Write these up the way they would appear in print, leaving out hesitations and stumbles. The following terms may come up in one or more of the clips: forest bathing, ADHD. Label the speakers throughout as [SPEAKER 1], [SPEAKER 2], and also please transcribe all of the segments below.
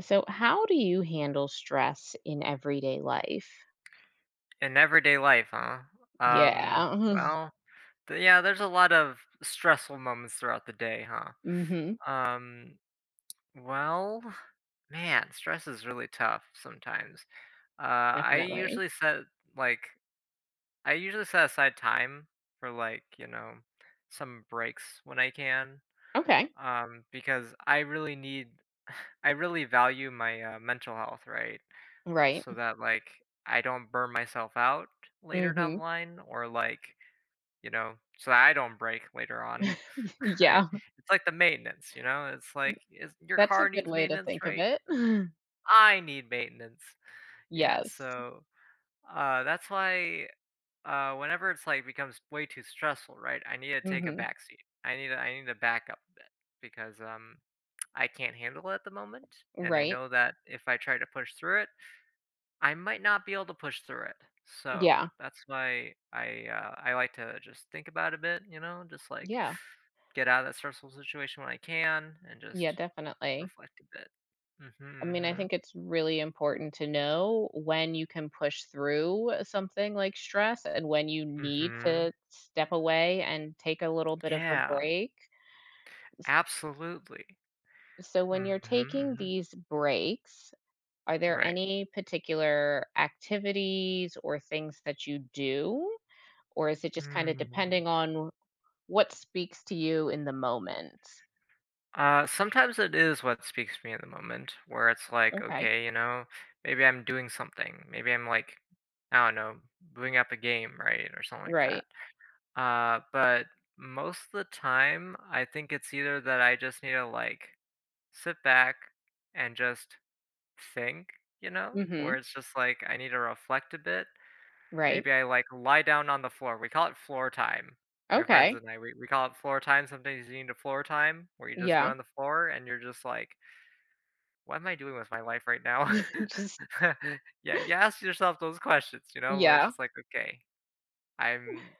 [SPEAKER 1] So, how do you handle stress in everyday life?
[SPEAKER 2] In everyday life, huh? Um,
[SPEAKER 1] Yeah.
[SPEAKER 2] well, yeah, there's a lot of stressful moments throughout the day, huh?
[SPEAKER 1] mhm.
[SPEAKER 2] Um, well, Man, stress is really tough sometimes. I
[SPEAKER 1] Definitely.
[SPEAKER 2] usually set like I usually set aside time for some breaks when I can,
[SPEAKER 1] Okay.
[SPEAKER 2] because I really value my mental health, right?
[SPEAKER 1] Right.
[SPEAKER 2] So that I don't burn myself out later down
[SPEAKER 1] Mhm.
[SPEAKER 2] the line, or so that I don't break later on. I
[SPEAKER 1] Yeah.
[SPEAKER 2] It's like the maintenance, you know? It's like, is your
[SPEAKER 1] That's a
[SPEAKER 2] car
[SPEAKER 1] good
[SPEAKER 2] needs
[SPEAKER 1] way to
[SPEAKER 2] maintenance,
[SPEAKER 1] think of
[SPEAKER 2] right?
[SPEAKER 1] it.
[SPEAKER 2] I need maintenance. Yeah,
[SPEAKER 1] Yes.
[SPEAKER 2] so, that's why, whenever it's, like, becomes way too stressful, right, I need to take a
[SPEAKER 1] Mhm.
[SPEAKER 2] backseat. I need to back up a bit because, I can't handle it at the moment, and I
[SPEAKER 1] Right.
[SPEAKER 2] know that if I try to push through it, I might not be able to push through it. So
[SPEAKER 1] Yeah.
[SPEAKER 2] that's why I like to just think about it a bit, you know, just like
[SPEAKER 1] Yeah.
[SPEAKER 2] get out of that stressful situation when I can and
[SPEAKER 1] Yeah,
[SPEAKER 2] just
[SPEAKER 1] definitely.
[SPEAKER 2] reflect a bit. Mhm,
[SPEAKER 1] I mean, I
[SPEAKER 2] mhm,
[SPEAKER 1] think it's really important to know when you can push through something like stress and when you need
[SPEAKER 2] mhm.
[SPEAKER 1] to step away and take a little bit of a
[SPEAKER 2] Yeah,
[SPEAKER 1] break.
[SPEAKER 2] absolutely.
[SPEAKER 1] So, when you're
[SPEAKER 2] Mhm,
[SPEAKER 1] taking
[SPEAKER 2] mhm.
[SPEAKER 1] these breaks, are there
[SPEAKER 2] Right.
[SPEAKER 1] any particular activities or things that you do? Or is it just kind of
[SPEAKER 2] Mm.
[SPEAKER 1] depending on what speaks to you in the moment?
[SPEAKER 2] Sometimes it is what speaks to me in the moment, where it's like,
[SPEAKER 1] Okay.
[SPEAKER 2] okay, you know, maybe I'm doing something, maybe I'm like, I don't know, booting up a game, right, or something like
[SPEAKER 1] Right.
[SPEAKER 2] that. But most of the time, I think it's either that I just need to like sit back and just think, you know, where
[SPEAKER 1] Mm-hmm.
[SPEAKER 2] it's just like I need to reflect a bit.
[SPEAKER 1] Right.
[SPEAKER 2] Maybe I like lie down on the floor. We call it floor time. My friends
[SPEAKER 1] Okay.
[SPEAKER 2] and I, we call it floor time. Sometimes you need a floor time where you just go
[SPEAKER 1] Yeah.
[SPEAKER 2] on the floor and you're just like, what am I doing with my life right now?
[SPEAKER 1] just,
[SPEAKER 2] Yeah, you ask yourself those questions, you know, where it's
[SPEAKER 1] yeah.
[SPEAKER 2] just like, okay, I'm,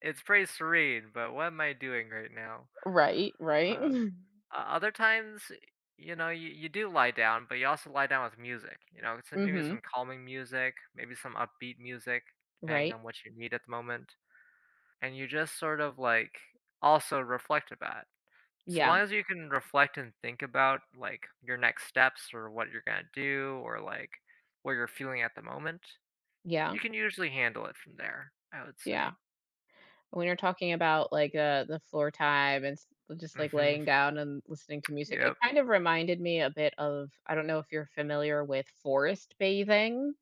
[SPEAKER 2] it's pretty serene, but what am I doing right now?
[SPEAKER 1] Right. Right.
[SPEAKER 2] Um, o Other times, you know, you do lie down, but you also lie down with music, you know, some maybe
[SPEAKER 1] Mm-hmm.
[SPEAKER 2] some calming music, maybe some upbeat music, depending
[SPEAKER 1] Right.
[SPEAKER 2] on what you need at the moment, and you just sort of, like, also reflect about it. So
[SPEAKER 1] Yeah.
[SPEAKER 2] long as you can reflect and think about, like, your next steps or what you're gonna do, or, like, what you're feeling at the moment,
[SPEAKER 1] Yeah.
[SPEAKER 2] you can usually handle it from there, I would
[SPEAKER 1] Yeah.
[SPEAKER 2] say.
[SPEAKER 1] When you're talking about, like, the floor time and s just, like,
[SPEAKER 2] Mhm,
[SPEAKER 1] laying down and listening to music, it
[SPEAKER 2] yep.
[SPEAKER 1] kind of reminded me a bit of, I don't know if you're familiar with forest bathing.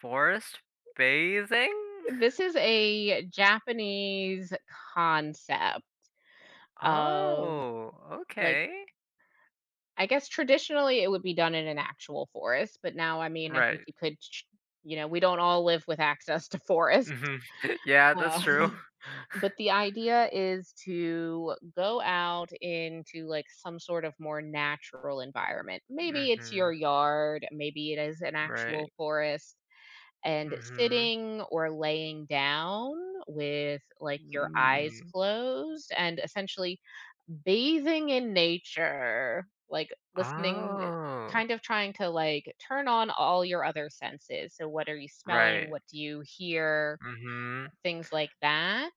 [SPEAKER 2] Forest bathing?
[SPEAKER 1] This is a Japanese concept of,
[SPEAKER 2] Oh,
[SPEAKER 1] like,
[SPEAKER 2] okay.
[SPEAKER 1] I guess traditionally, it would be done in an actual forest, but now, I mean, I think
[SPEAKER 2] Right.
[SPEAKER 1] you could ch you know, we don't all live with access to forests.
[SPEAKER 2] Mhm. Yeah, that's
[SPEAKER 1] Uh
[SPEAKER 2] true.
[SPEAKER 1] but the idea is to go out into like some sort of more natural environment. Maybe it's your
[SPEAKER 2] Mhm.
[SPEAKER 1] yard, maybe it is an actual
[SPEAKER 2] Right.
[SPEAKER 1] forest, and
[SPEAKER 2] Mhm.
[SPEAKER 1] sitting or laying down with like your eyes
[SPEAKER 2] Mm.
[SPEAKER 1] closed and essentially bathing in nature, like listening,
[SPEAKER 2] Oh,
[SPEAKER 1] kind of trying to like turn on all your other senses. So what are you smelling?
[SPEAKER 2] right.
[SPEAKER 1] What do you hear?
[SPEAKER 2] Mhm.
[SPEAKER 1] Things like that,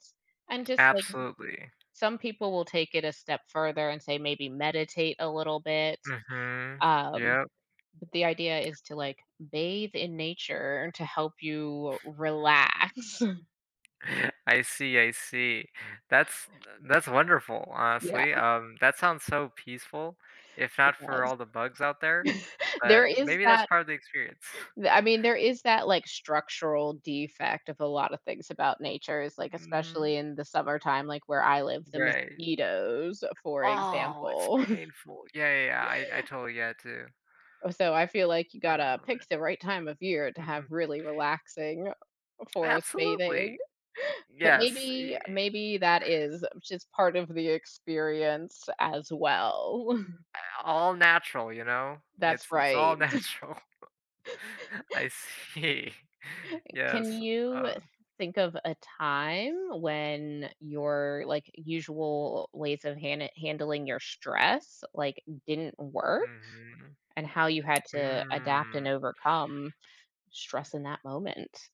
[SPEAKER 1] and just like
[SPEAKER 2] Absolutely.
[SPEAKER 1] some people will take it a step further and say maybe meditate a little bit.
[SPEAKER 2] Mhm.
[SPEAKER 1] Um,
[SPEAKER 2] Yep.
[SPEAKER 1] but the idea is to like bathe in nature to help you relax.
[SPEAKER 2] I see, I see. That's that's wonderful,
[SPEAKER 1] Yeah.
[SPEAKER 2] honestly. That sounds so peaceful, if not for
[SPEAKER 1] Because
[SPEAKER 2] all the bugs out there,
[SPEAKER 1] there
[SPEAKER 2] but
[SPEAKER 1] is
[SPEAKER 2] maybe that's
[SPEAKER 1] that,
[SPEAKER 2] part of the experience.
[SPEAKER 1] I mean, there is that like structural defect of a lot of things about nature is like, especially
[SPEAKER 2] Mhm.
[SPEAKER 1] in the summertime, like where I live, the
[SPEAKER 2] Right.
[SPEAKER 1] mosquitoes, for
[SPEAKER 2] Oh, it's
[SPEAKER 1] example.
[SPEAKER 2] painful. Yeah, yeah, yeah, I totally get it too.
[SPEAKER 1] So I feel like you gotta
[SPEAKER 2] Oh,
[SPEAKER 1] pick the right time of year to have
[SPEAKER 2] mhm.
[SPEAKER 1] really relaxing forest bathing.
[SPEAKER 2] Absolutely.
[SPEAKER 1] But
[SPEAKER 2] Yes,
[SPEAKER 1] maybe
[SPEAKER 2] e
[SPEAKER 1] maybe that is just part of the experience as well.
[SPEAKER 2] All natural, you know?
[SPEAKER 1] That's
[SPEAKER 2] It's
[SPEAKER 1] right.
[SPEAKER 2] all natural. I see.
[SPEAKER 1] Can
[SPEAKER 2] Yes,
[SPEAKER 1] you
[SPEAKER 2] uh,
[SPEAKER 1] think of a time when your, like, usual ways of handling your stress, like, didn't work
[SPEAKER 2] mhm.
[SPEAKER 1] and how you had to adapt
[SPEAKER 2] Mm.
[SPEAKER 1] and overcome stress in that moment?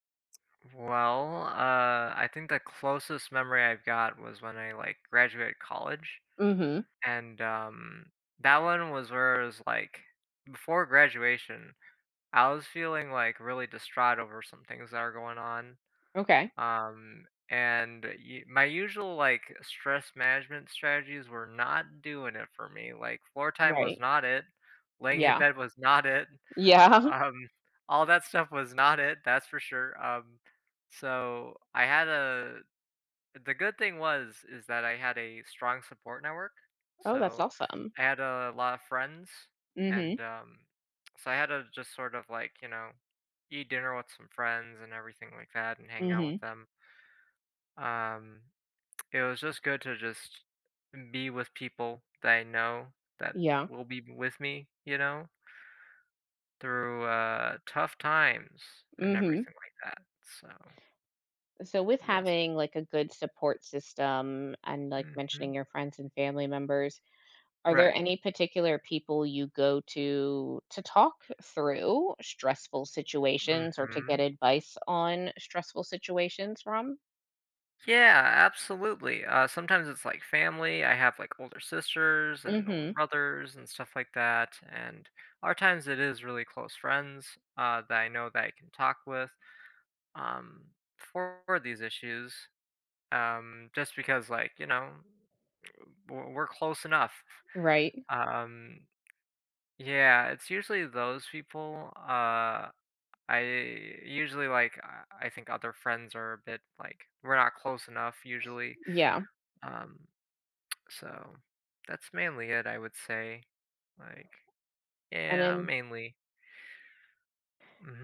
[SPEAKER 2] Well, I think the closest memory I've got was when I, like, graduated college,
[SPEAKER 1] Mhm.
[SPEAKER 2] and, that one was where it was, like, before graduation I was feeling like really distraught over some things that are going on.
[SPEAKER 1] Okay.
[SPEAKER 2] My usual like stress management strategies were not doing it for me. Like floor time was
[SPEAKER 1] Right.
[SPEAKER 2] not it. Laying in
[SPEAKER 1] Yeah.
[SPEAKER 2] bed was not it.
[SPEAKER 1] Yeah.
[SPEAKER 2] Um, all that stuff was not it. That's for sure. So I had a The good thing was is that I had a strong support network,
[SPEAKER 1] Oh, that's
[SPEAKER 2] so
[SPEAKER 1] awesome.
[SPEAKER 2] I had a lot of friends,
[SPEAKER 1] Mhm.
[SPEAKER 2] and, so I had to just sort of, like, you know, eat dinner with some friends and everything like that and hang out
[SPEAKER 1] Mhm.
[SPEAKER 2] with them. Um, it was just good to just be with people that I know that
[SPEAKER 1] Yeah.
[SPEAKER 2] will be with me, you know, through, tough times and
[SPEAKER 1] Mhm.
[SPEAKER 2] everything like that, so
[SPEAKER 1] So with
[SPEAKER 2] yes.
[SPEAKER 1] having like a good support system and like mentioning
[SPEAKER 2] Mhm.
[SPEAKER 1] your friends and family members, are there
[SPEAKER 2] Right.
[SPEAKER 1] any particular people you go to talk through stressful situations or to get
[SPEAKER 2] Mhm.
[SPEAKER 1] advice on stressful situations from?
[SPEAKER 2] Yeah, absolutely. Sometimes it's like family. I have like older sisters and older
[SPEAKER 1] Mhm.
[SPEAKER 2] brothers and stuff like that. And other times it is really close friends that I know that I can talk with um, for these issues. Just because, like, you know, we're close enough.
[SPEAKER 1] Right.
[SPEAKER 2] Um, yeah, it's usually those people. I usually like, I think other friends are a bit like, we're not close enough usually.
[SPEAKER 1] Yeah.
[SPEAKER 2] Um, So, that's mainly it, I would say. Like,
[SPEAKER 1] and
[SPEAKER 2] yeah,
[SPEAKER 1] in
[SPEAKER 2] mainly.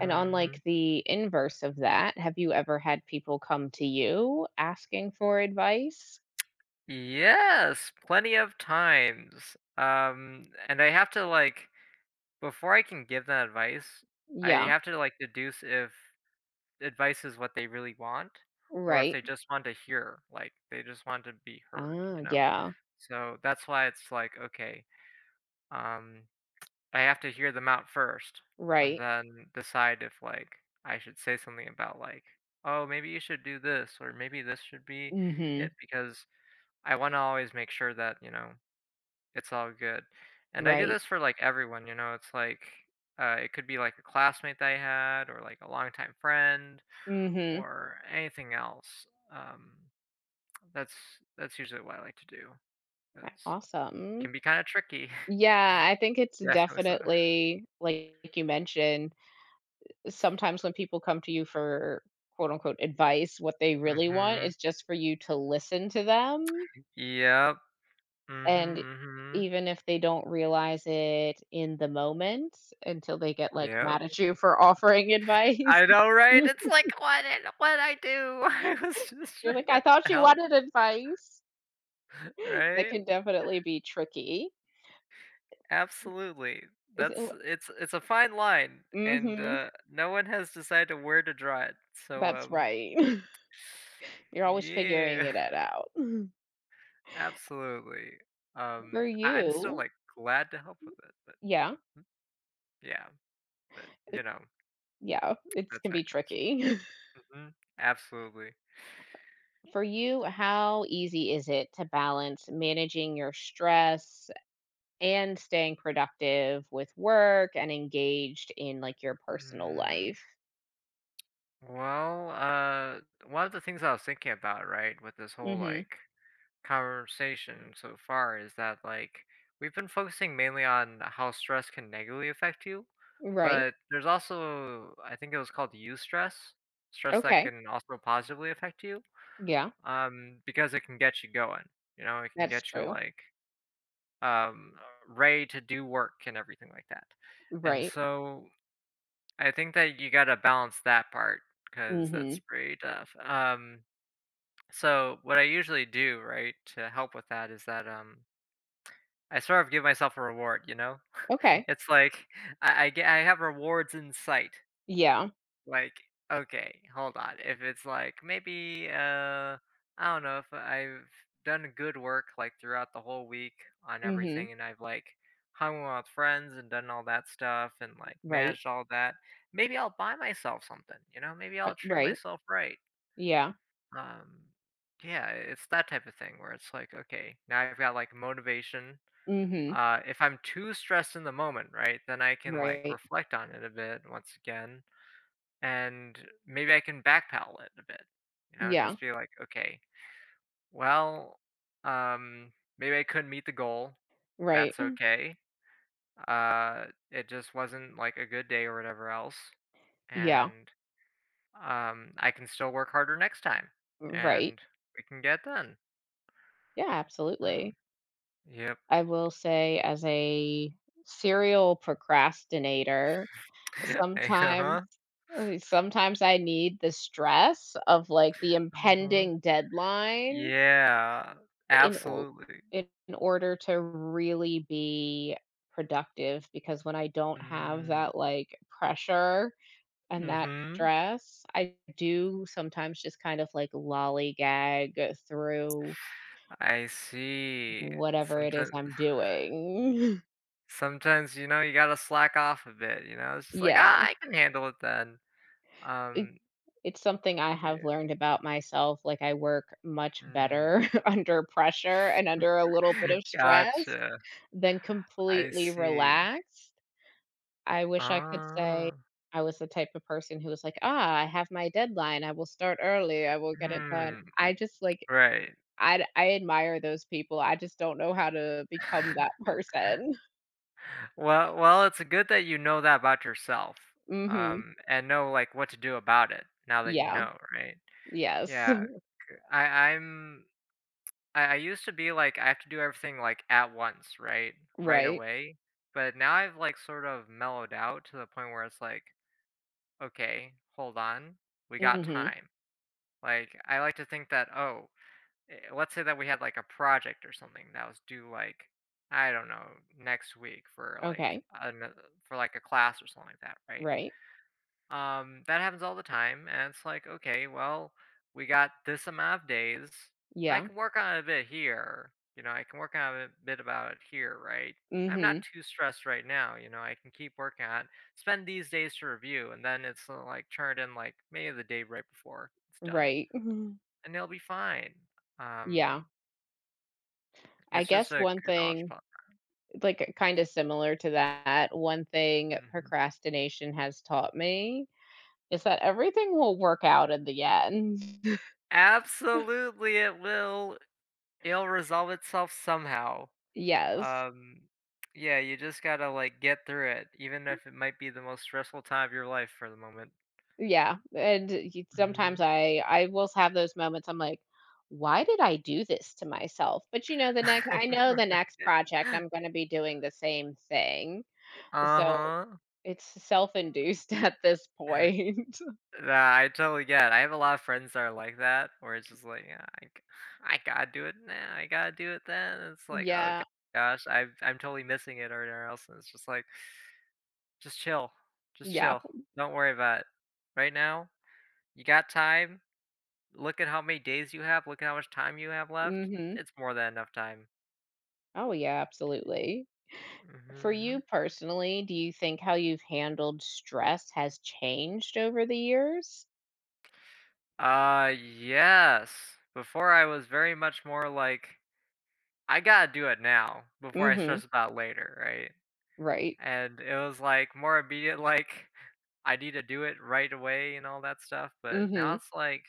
[SPEAKER 1] and on like
[SPEAKER 2] mhm.
[SPEAKER 1] the inverse of that, have you ever had people come to you asking for advice?
[SPEAKER 2] Yes, plenty of times. And I have to like before I can give that advice, I
[SPEAKER 1] Yeah.
[SPEAKER 2] have to like deduce if advice is what they really want, or if
[SPEAKER 1] Right.
[SPEAKER 2] they just want to hear, like they just want to be heard,
[SPEAKER 1] Ah,
[SPEAKER 2] you know?
[SPEAKER 1] yeah.
[SPEAKER 2] So that's why it's like, okay, um I have to hear them out first and
[SPEAKER 1] Right.
[SPEAKER 2] then decide if, like, I should say something about, like, "Oh, maybe you should do this," or "Maybe this should be
[SPEAKER 1] Mhm.
[SPEAKER 2] it," because I wanna always make sure that, you know, it's all good, and I do
[SPEAKER 1] Right.
[SPEAKER 2] this for, like, everyone, you know, it's like, it could be, like, a classmate that I had or, like, a longtime friend
[SPEAKER 1] Mhm.
[SPEAKER 2] or anything else, that's that's usually what I like to do
[SPEAKER 1] Right,
[SPEAKER 2] 'cause it
[SPEAKER 1] awesome.
[SPEAKER 2] can be kinda tricky.
[SPEAKER 1] Yeah, I think it's
[SPEAKER 2] Definitely so.
[SPEAKER 1] definitely like you mentioned, sometimes when people come to you for quote unquote advice, what they really want
[SPEAKER 2] Mhm.
[SPEAKER 1] is just for you to listen to them.
[SPEAKER 2] Yep. Mhm,
[SPEAKER 1] And
[SPEAKER 2] mhm.
[SPEAKER 1] even if they don't realize it in the moment, until they get like
[SPEAKER 2] Yeah,
[SPEAKER 1] mad at you for offering advice,
[SPEAKER 2] I know, right? It's like, what'd I do? I was just
[SPEAKER 1] you're
[SPEAKER 2] trying
[SPEAKER 1] like, I
[SPEAKER 2] to
[SPEAKER 1] thought you
[SPEAKER 2] help,
[SPEAKER 1] wanted advice. That
[SPEAKER 2] right?
[SPEAKER 1] can definitely be tricky.
[SPEAKER 2] Absolutely.
[SPEAKER 1] Is it,
[SPEAKER 2] That's It's a fine line, and,
[SPEAKER 1] mm-hmm,
[SPEAKER 2] no one has decided where to draw it, so,
[SPEAKER 1] that's right. You're always figuring
[SPEAKER 2] Yeah,
[SPEAKER 1] it out.
[SPEAKER 2] absolutely.
[SPEAKER 1] For
[SPEAKER 2] I'm still,
[SPEAKER 1] you,
[SPEAKER 2] like, glad to help with it, but
[SPEAKER 1] yeah,
[SPEAKER 2] mm, yeah, but, you
[SPEAKER 1] it
[SPEAKER 2] know,
[SPEAKER 1] yeah, it's,
[SPEAKER 2] that's
[SPEAKER 1] can
[SPEAKER 2] how
[SPEAKER 1] be
[SPEAKER 2] it goes.
[SPEAKER 1] tricky.
[SPEAKER 2] Mhm. Absolutely.
[SPEAKER 1] For you, how easy is it to balance managing your stress and staying productive with work and engaged in, like, your personal
[SPEAKER 2] Mm.
[SPEAKER 1] life?
[SPEAKER 2] Well, one of the things I was thinking about, right, with this whole
[SPEAKER 1] Mhm.
[SPEAKER 2] like conversation so far is that like we've been focusing mainly on how stress can negatively affect you,
[SPEAKER 1] Right.
[SPEAKER 2] but there's also I think it was called eustress, stress that
[SPEAKER 1] Okay.
[SPEAKER 2] can also positively affect you,
[SPEAKER 1] Yeah,
[SPEAKER 2] because it can get you going. You know, it can
[SPEAKER 1] that's
[SPEAKER 2] get you
[SPEAKER 1] true.
[SPEAKER 2] like um ready to do work and everything like that. And
[SPEAKER 1] Right.
[SPEAKER 2] so I think that you gotta balance that part because that's
[SPEAKER 1] Mhm.
[SPEAKER 2] pretty tough. So what I usually do, right, to help with that is that, I sort of give myself a reward, you know?
[SPEAKER 1] Okay.
[SPEAKER 2] It's like I have rewards in sight.
[SPEAKER 1] Yeah.
[SPEAKER 2] Like, okay, hold on. If it's like maybe I don't know if I've done good work like throughout the whole week on
[SPEAKER 1] Mhm.
[SPEAKER 2] everything, and I've like hung out with friends and done all that stuff and like
[SPEAKER 1] Right.
[SPEAKER 2] managed all that, maybe I'll buy myself something, you know? Maybe I'll treat
[SPEAKER 1] Right.
[SPEAKER 2] myself right.
[SPEAKER 1] Yeah.
[SPEAKER 2] Um yeah, it's that type of thing where it's like, okay, now I've got like motivation,
[SPEAKER 1] Mhm.
[SPEAKER 2] if I'm too stressed in the moment, right, then I can like
[SPEAKER 1] Right.
[SPEAKER 2] reflect on it a bit once again and maybe I can backpedal it a bit, you know,
[SPEAKER 1] Yeah.
[SPEAKER 2] just be like, "Okay, well, um, maybe I couldn't meet the goal.
[SPEAKER 1] Right.
[SPEAKER 2] That's
[SPEAKER 1] Mm-hmm.
[SPEAKER 2] okay. It just wasn't, like, a good day or whatever else,
[SPEAKER 1] Yeah.
[SPEAKER 2] and, I can still work harder next time,
[SPEAKER 1] Right.
[SPEAKER 2] and we can get done."
[SPEAKER 1] Yeah, absolutely.
[SPEAKER 2] Um, yep.
[SPEAKER 1] I will say, as a serial procrastinator, sometimes
[SPEAKER 2] Uh-huh,
[SPEAKER 1] sometimes I need the stress of, like, the
[SPEAKER 2] uh-huh.
[SPEAKER 1] impending deadline
[SPEAKER 2] Yeah,
[SPEAKER 1] in o
[SPEAKER 2] absolutely.
[SPEAKER 1] in order to really be productive, because when I don't have
[SPEAKER 2] Mm,
[SPEAKER 1] that, like, pressure and that
[SPEAKER 2] mhm.
[SPEAKER 1] stress, I do sometimes just kind of, like, lollygag through
[SPEAKER 2] I see.
[SPEAKER 1] whatever it is
[SPEAKER 2] Sometimes.
[SPEAKER 1] I'm doing.
[SPEAKER 2] Sometimes, you know, you gotta slack off a bit, you know? It's just like,
[SPEAKER 1] Yeah.
[SPEAKER 2] "Ah, I can handle it then."
[SPEAKER 1] eh,
[SPEAKER 2] Um,
[SPEAKER 1] It's something I have
[SPEAKER 2] yeah.
[SPEAKER 1] learned about myself, like, I work much better
[SPEAKER 2] Mm.
[SPEAKER 1] under pressure and under a little bit of stress
[SPEAKER 2] Gotcha.
[SPEAKER 1] than
[SPEAKER 2] I
[SPEAKER 1] completely
[SPEAKER 2] see.
[SPEAKER 1] relaxed. I wish I could say
[SPEAKER 2] Ah.
[SPEAKER 1] I was the type of person who was like, "Ah, I have my deadline, I will start early, I will get it done."
[SPEAKER 2] Hmm.
[SPEAKER 1] I just, like,
[SPEAKER 2] Right.
[SPEAKER 1] I admire those people, I just don't know how to become that person.
[SPEAKER 2] Well well, it's good that you know that about yourself,
[SPEAKER 1] Mhm.
[SPEAKER 2] and know, like, what to do about it now that you
[SPEAKER 1] Yeah.
[SPEAKER 2] know, right?
[SPEAKER 1] Yes.
[SPEAKER 2] Yeah. I I'm I used to be like, I have to do everything, like, at once, right? Right
[SPEAKER 1] Right.
[SPEAKER 2] away. But now I've, like, sort of mellowed out to the point where it's like okay, hold on, we got
[SPEAKER 1] Mhm.
[SPEAKER 2] time. Like, I like to think that, oh, let's say that we had like a project or something that was due like, I don't know, next week for like
[SPEAKER 1] Okay.
[SPEAKER 2] an, uh, for like a class or something like that, right?
[SPEAKER 1] Right.
[SPEAKER 2] That happens all the time, and it's like, okay, well, we got this amount of days. I
[SPEAKER 1] Yeah.
[SPEAKER 2] can work on it a bit here. You know, I can work on a bit about it here, right? I'm
[SPEAKER 1] Mhm.
[SPEAKER 2] not too stressed right now. You know, I can keep working on it. Spend these days to review, and then it's like turned in like maybe the day right before it's done,
[SPEAKER 1] Right.
[SPEAKER 2] and it'll be fine. Um,
[SPEAKER 1] Yeah. I
[SPEAKER 2] it's just
[SPEAKER 1] guess
[SPEAKER 2] a
[SPEAKER 1] one
[SPEAKER 2] good knowledge
[SPEAKER 1] thing,
[SPEAKER 2] pop.
[SPEAKER 1] like, kinda similar to that, one thing
[SPEAKER 2] Mhm.
[SPEAKER 1] procrastination has taught me is that everything will work out in the end.
[SPEAKER 2] Absolutely, it will. It'll resolve itself somehow.
[SPEAKER 1] Yes.
[SPEAKER 2] Um, yeah, you just gotta like get through it, even if it might be the most stressful time of your life for the moment.
[SPEAKER 1] Yeah, and y sometimes
[SPEAKER 2] Hmm.
[SPEAKER 1] I will have those moments, I'm like, "Why did I do this to myself?" But, you know, the next I know the next project, I'm gonna be doing the same thing.
[SPEAKER 2] Uh
[SPEAKER 1] So,
[SPEAKER 2] huh.
[SPEAKER 1] it's self-induced at this point.
[SPEAKER 2] Nah, I totally get. It. I have a lot of friends that are like that, where it's just like, "Yeah, I gotta do it now. I gotta do it then. It's like,
[SPEAKER 1] Yeah.
[SPEAKER 2] gosh, I'm totally missing it or whatever else. And it's just like, just chill, just
[SPEAKER 1] Yeah.
[SPEAKER 2] chill. Don't worry about it. Right now, you got time. Look at how many days you have, look at how much time you have left.
[SPEAKER 1] Mhm.
[SPEAKER 2] It's more than enough time.
[SPEAKER 1] Oh, yeah, absolutely.
[SPEAKER 2] Mhm,
[SPEAKER 1] For you
[SPEAKER 2] mhm.
[SPEAKER 1] personally, do you think how you've handled stress has changed over the years?
[SPEAKER 2] Yes. Before I was very much more like, "I gotta do it now before I
[SPEAKER 1] Mhm.
[SPEAKER 2] stress about later," right?
[SPEAKER 1] Right.
[SPEAKER 2] And it was, like, more immediate, like, I need to do it right away and all that stuff, but now
[SPEAKER 1] Mhm.
[SPEAKER 2] it's like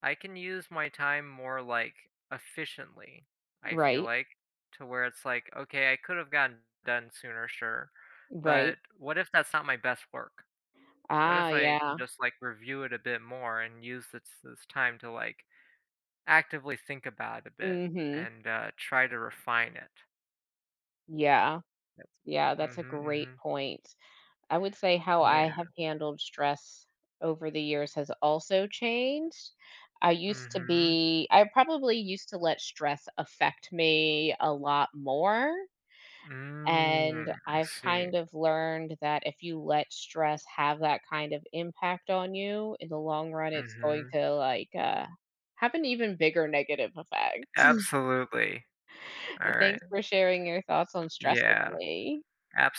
[SPEAKER 2] I can use my time more like efficiently, I feel
[SPEAKER 1] Right.
[SPEAKER 2] like, to where it's like, okay, I could have gotten done sooner, sure.
[SPEAKER 1] Right.
[SPEAKER 2] But what if that's not my best work? What
[SPEAKER 1] Ah,
[SPEAKER 2] if I can
[SPEAKER 1] yeah.
[SPEAKER 2] just like review it a bit more and use this time to like actively think about it a bit
[SPEAKER 1] Mhm.
[SPEAKER 2] and try to refine it?
[SPEAKER 1] Yeah.
[SPEAKER 2] That's,
[SPEAKER 1] Yeah, that's a
[SPEAKER 2] mm-hmm,
[SPEAKER 1] great
[SPEAKER 2] mm-hmm.
[SPEAKER 1] point. I would say how
[SPEAKER 2] Yeah.
[SPEAKER 1] I have handled stress over the years has also changed. I used to
[SPEAKER 2] Mm-hmm.
[SPEAKER 1] be, I probably used to let stress affect me a lot more.
[SPEAKER 2] Mm,
[SPEAKER 1] And
[SPEAKER 2] I
[SPEAKER 1] I've
[SPEAKER 2] see.
[SPEAKER 1] kind of learned that if you let stress have that kind of impact on you, in the long run, it's going
[SPEAKER 2] Mm-hmm.
[SPEAKER 1] to like, have an even bigger negative effect.
[SPEAKER 2] Absolutely. All right.
[SPEAKER 1] Thanks for sharing your thoughts on stress with
[SPEAKER 2] Yeah.
[SPEAKER 1] me.
[SPEAKER 2] Absolutely.